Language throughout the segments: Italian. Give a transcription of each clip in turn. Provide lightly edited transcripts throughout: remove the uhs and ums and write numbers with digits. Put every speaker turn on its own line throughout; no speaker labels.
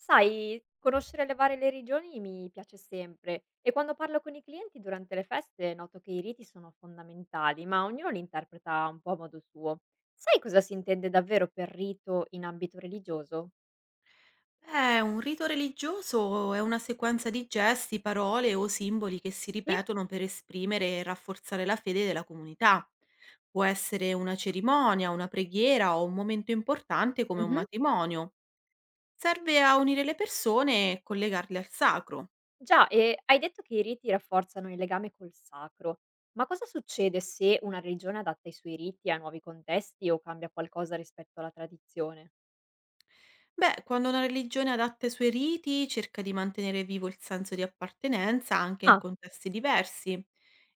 Sai, conoscere le regioni mi piace sempre e quando parlo con i clienti durante le feste noto che i riti sono fondamentali, ma ognuno li interpreta un po' a modo suo. Sai cosa si intende davvero per rito in ambito religioso?
Un rito religioso è una sequenza di gesti, parole o simboli che si
Sì.
ripetono per esprimere e rafforzare la fede della comunità. Può essere una cerimonia, una preghiera o un momento importante come un
Mhm.
matrimonio. Serve a unire le persone e collegarle al sacro.
Già, e hai detto che i riti rafforzano il legame col sacro, ma cosa succede se una religione adatta i suoi riti a nuovi contesti o cambia qualcosa rispetto alla tradizione?
Beh, quando una religione adatta i suoi riti, cerca di mantenere vivo il senso di appartenenza anche in
Ah,
contesti diversi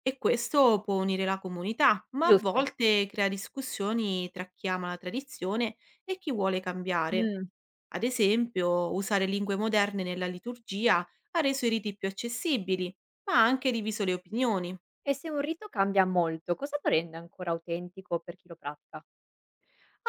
e questo può unire la comunità, ma a
giusto.
volte crea discussioni tra chi ama la tradizione e chi vuole cambiare. Ad esempio, usare lingue moderne nella liturgia ha reso i riti più accessibili, ma ha anche diviso le opinioni.
E se un rito cambia molto, cosa lo rende ancora autentico per chi lo pratica?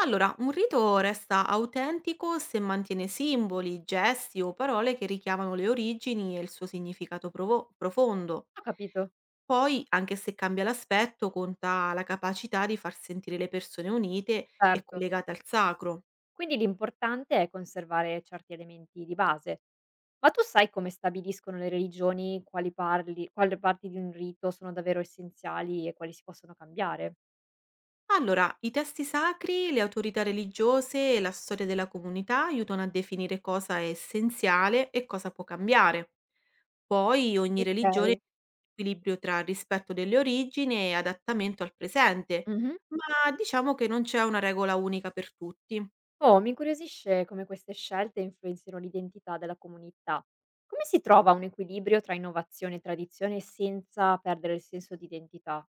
Allora, un rito resta autentico se mantiene simboli, gesti o parole che richiamano le origini e il suo significato profondo.
Ho capito,
Poi, anche se cambia l'aspetto, conta la capacità di far sentire le persone unite e
certo.
collegate al sacro.
Quindi l'importante è conservare certi elementi di base. Ma tu sai come stabiliscono le religioni quali parti di un rito sono davvero essenziali e quali si possono cambiare?
Allora, i testi sacri, le autorità religiose e la storia della comunità aiutano a definire cosa è essenziale e cosa può cambiare. Poi ogni
Ok.
religione equilibrio tra rispetto delle origini e adattamento al presente,
Mhm.
ma diciamo che non c'è una regola unica per tutti.
Oh, mi incuriosisce come queste scelte influenzino l'identità della comunità. Come si trova un equilibrio tra innovazione e tradizione senza perdere il senso di identità?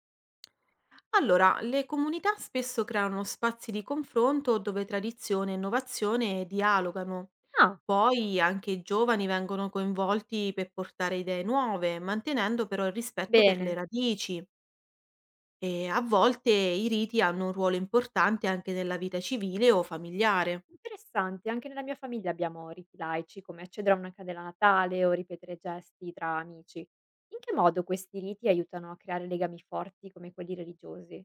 Allora, le comunità spesso creano spazi di confronto dove tradizione e innovazione dialogano.
Ah,
Poi anche i giovani vengono coinvolti per portare idee nuove, mantenendo però il rispetto per
bene.
le radici. E a volte i riti hanno un ruolo importante anche nella vita civile o familiare.
Interessante, anche nella mia famiglia abbiamo riti laici come accedere a una candela a Natale o ripetere gesti tra amici. In che modo questi riti aiutano a creare legami forti come quelli religiosi?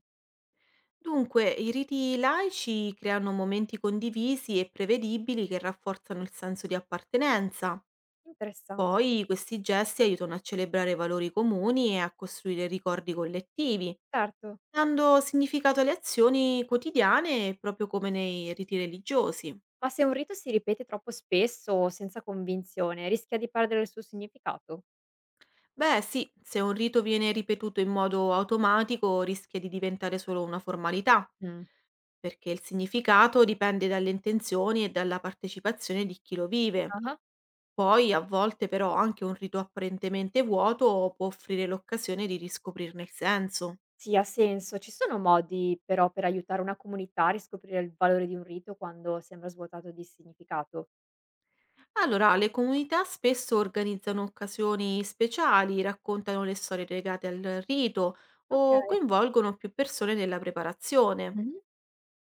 Dunque, i riti laici creano momenti condivisi e prevedibili che rafforzano il senso di appartenenza.
Interessante.
Poi questi gesti aiutano a celebrare valori comuni e a costruire ricordi collettivi,
Certo,
dando significato alle azioni quotidiane, proprio come nei riti religiosi.
ma se un rito si ripete troppo spesso o senza convinzione, rischia di perdere il suo significato?
Beh, sì, se un rito viene ripetuto in modo automatico rischia di diventare solo una formalità,
Mm.
perché il significato dipende dalle intenzioni e dalla partecipazione di chi lo vive.
Ah,
Poi a volte però anche un rito apparentemente vuoto può offrire l'occasione di riscoprirne il senso.
sì, ha senso. Ci sono modi però per aiutare una comunità a riscoprire il valore di un rito quando sembra svuotato di significato.
Allora, le comunità spesso organizzano occasioni speciali, raccontano le storie legate al rito
Ok.
o coinvolgono più persone nella preparazione.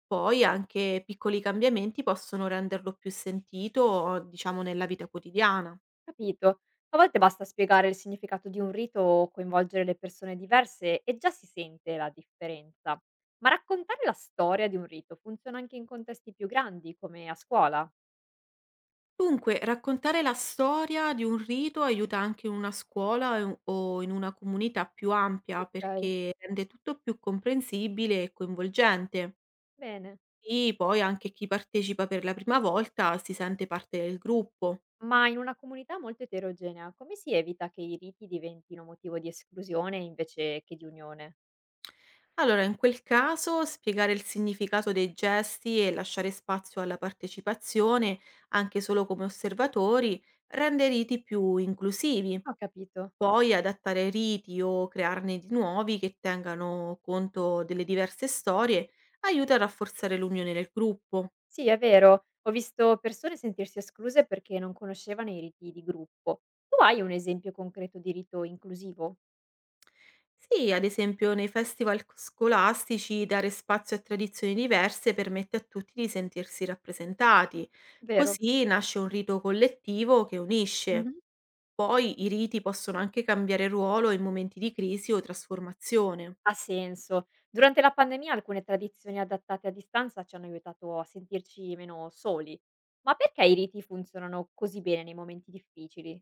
Poi anche piccoli cambiamenti possono renderlo più sentito, diciamo, nella vita quotidiana.
Capito. A volte basta spiegare il significato di un rito o coinvolgere le persone diverse e già si sente la differenza. Ma raccontare la storia di un rito funziona anche in contesti più grandi, come a scuola?
Dunque, raccontare la storia di un rito aiuta anche in una scuola o in una comunità più ampia
Ok,
perché rende tutto più comprensibile e coinvolgente.
bene.
E poi anche chi partecipa per la prima volta si sente parte del gruppo.
Ma in una comunità molto eterogenea, come si evita che i riti diventino motivo di esclusione invece che di unione?
Allora, in quel caso, spiegare il significato dei gesti e lasciare spazio alla partecipazione, anche solo come osservatori, rende i riti più inclusivi.
Ho capito.
Poi adattare riti o crearne di nuovi che tengano conto delle diverse storie aiuta a rafforzare l'unione del gruppo.
Sì, è vero. Ho visto persone sentirsi escluse perché non conoscevano i riti di gruppo. Tu hai un esempio concreto di rito inclusivo?
Sì, ad esempio nei festival scolastici dare spazio a tradizioni diverse permette a tutti di sentirsi rappresentati.
Vero.
Così nasce un rito collettivo che unisce.
Mh-mh.
Poi i riti possono anche cambiare ruolo in momenti di crisi o trasformazione.
Ha senso. Durante la pandemia alcune tradizioni adattate a distanza ci hanno aiutato a sentirci meno soli. Ma perché i riti funzionano così bene nei momenti difficili?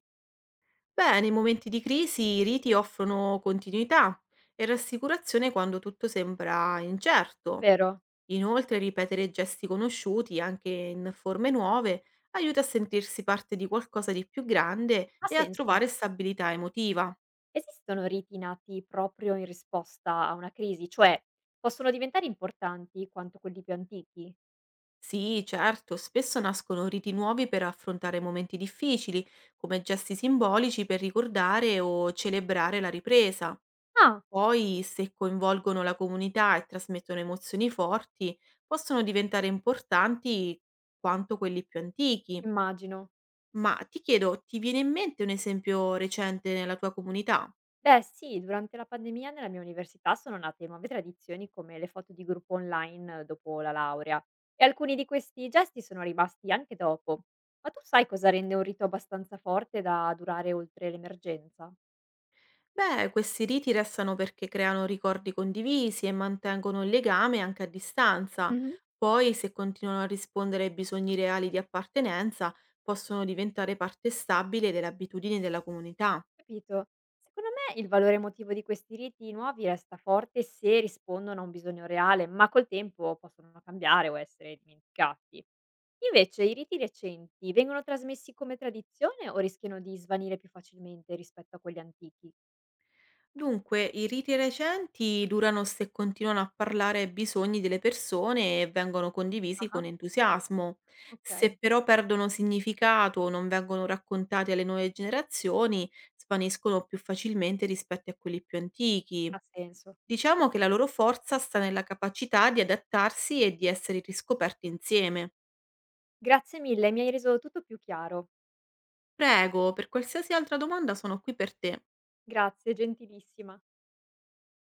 Beh, nei momenti di crisi i riti offrono continuità e rassicurazione quando tutto sembra incerto.
Vero.
Inoltre, ripetere gesti conosciuti, anche in forme nuove, aiuta a sentirsi parte di qualcosa di più grande
Ha
e a
senso.
trovare stabilità emotiva.
Esistono riti nati proprio in risposta a una crisi, cioè possono diventare importanti quanto quelli più antichi?
Sì, certo, spesso nascono riti nuovi per affrontare momenti difficili, come gesti simbolici per ricordare o celebrare la ripresa.
Ah,
Poi, se coinvolgono la comunità e trasmettono emozioni forti, possono diventare importanti quanto quelli più antichi.
immagino.
Ma ti chiedo, ti viene in mente un esempio recente nella tua comunità?
Beh sì, durante la pandemia nella mia università sono nate nuove tradizioni come le foto di gruppo online dopo la laurea e alcuni di questi gesti sono rimasti anche dopo. Ma tu sai cosa rende un rito abbastanza forte da durare oltre l'emergenza?
Beh, questi riti restano perché creano ricordi condivisi e mantengono il legame anche a distanza. Poi, se continuano a rispondere ai bisogni reali di appartenenza, possono diventare parte stabile delle abitudini della comunità.
Capito. Secondo me il valore emotivo di questi riti nuovi resta forte se rispondono a un bisogno reale, ma col tempo possono cambiare o essere dimenticati. Invece i riti recenti vengono trasmessi come tradizione o rischiano di svanire più facilmente rispetto a quelli antichi?
Dunque, i riti recenti durano se continuano a parlare ai bisogni delle persone e vengono condivisi
Ah,
con entusiasmo.
ok.
Se però perdono significato o non vengono raccontati alle nuove generazioni, svaniscono più facilmente rispetto a quelli più
Ha
antichi.
senso.
Diciamo che la loro forza sta nella capacità di adattarsi e di essere riscoperti insieme.
Grazie mille, mi hai reso tutto più chiaro.
Prego, per qualsiasi altra domanda sono qui per te.
Grazie, gentilissima.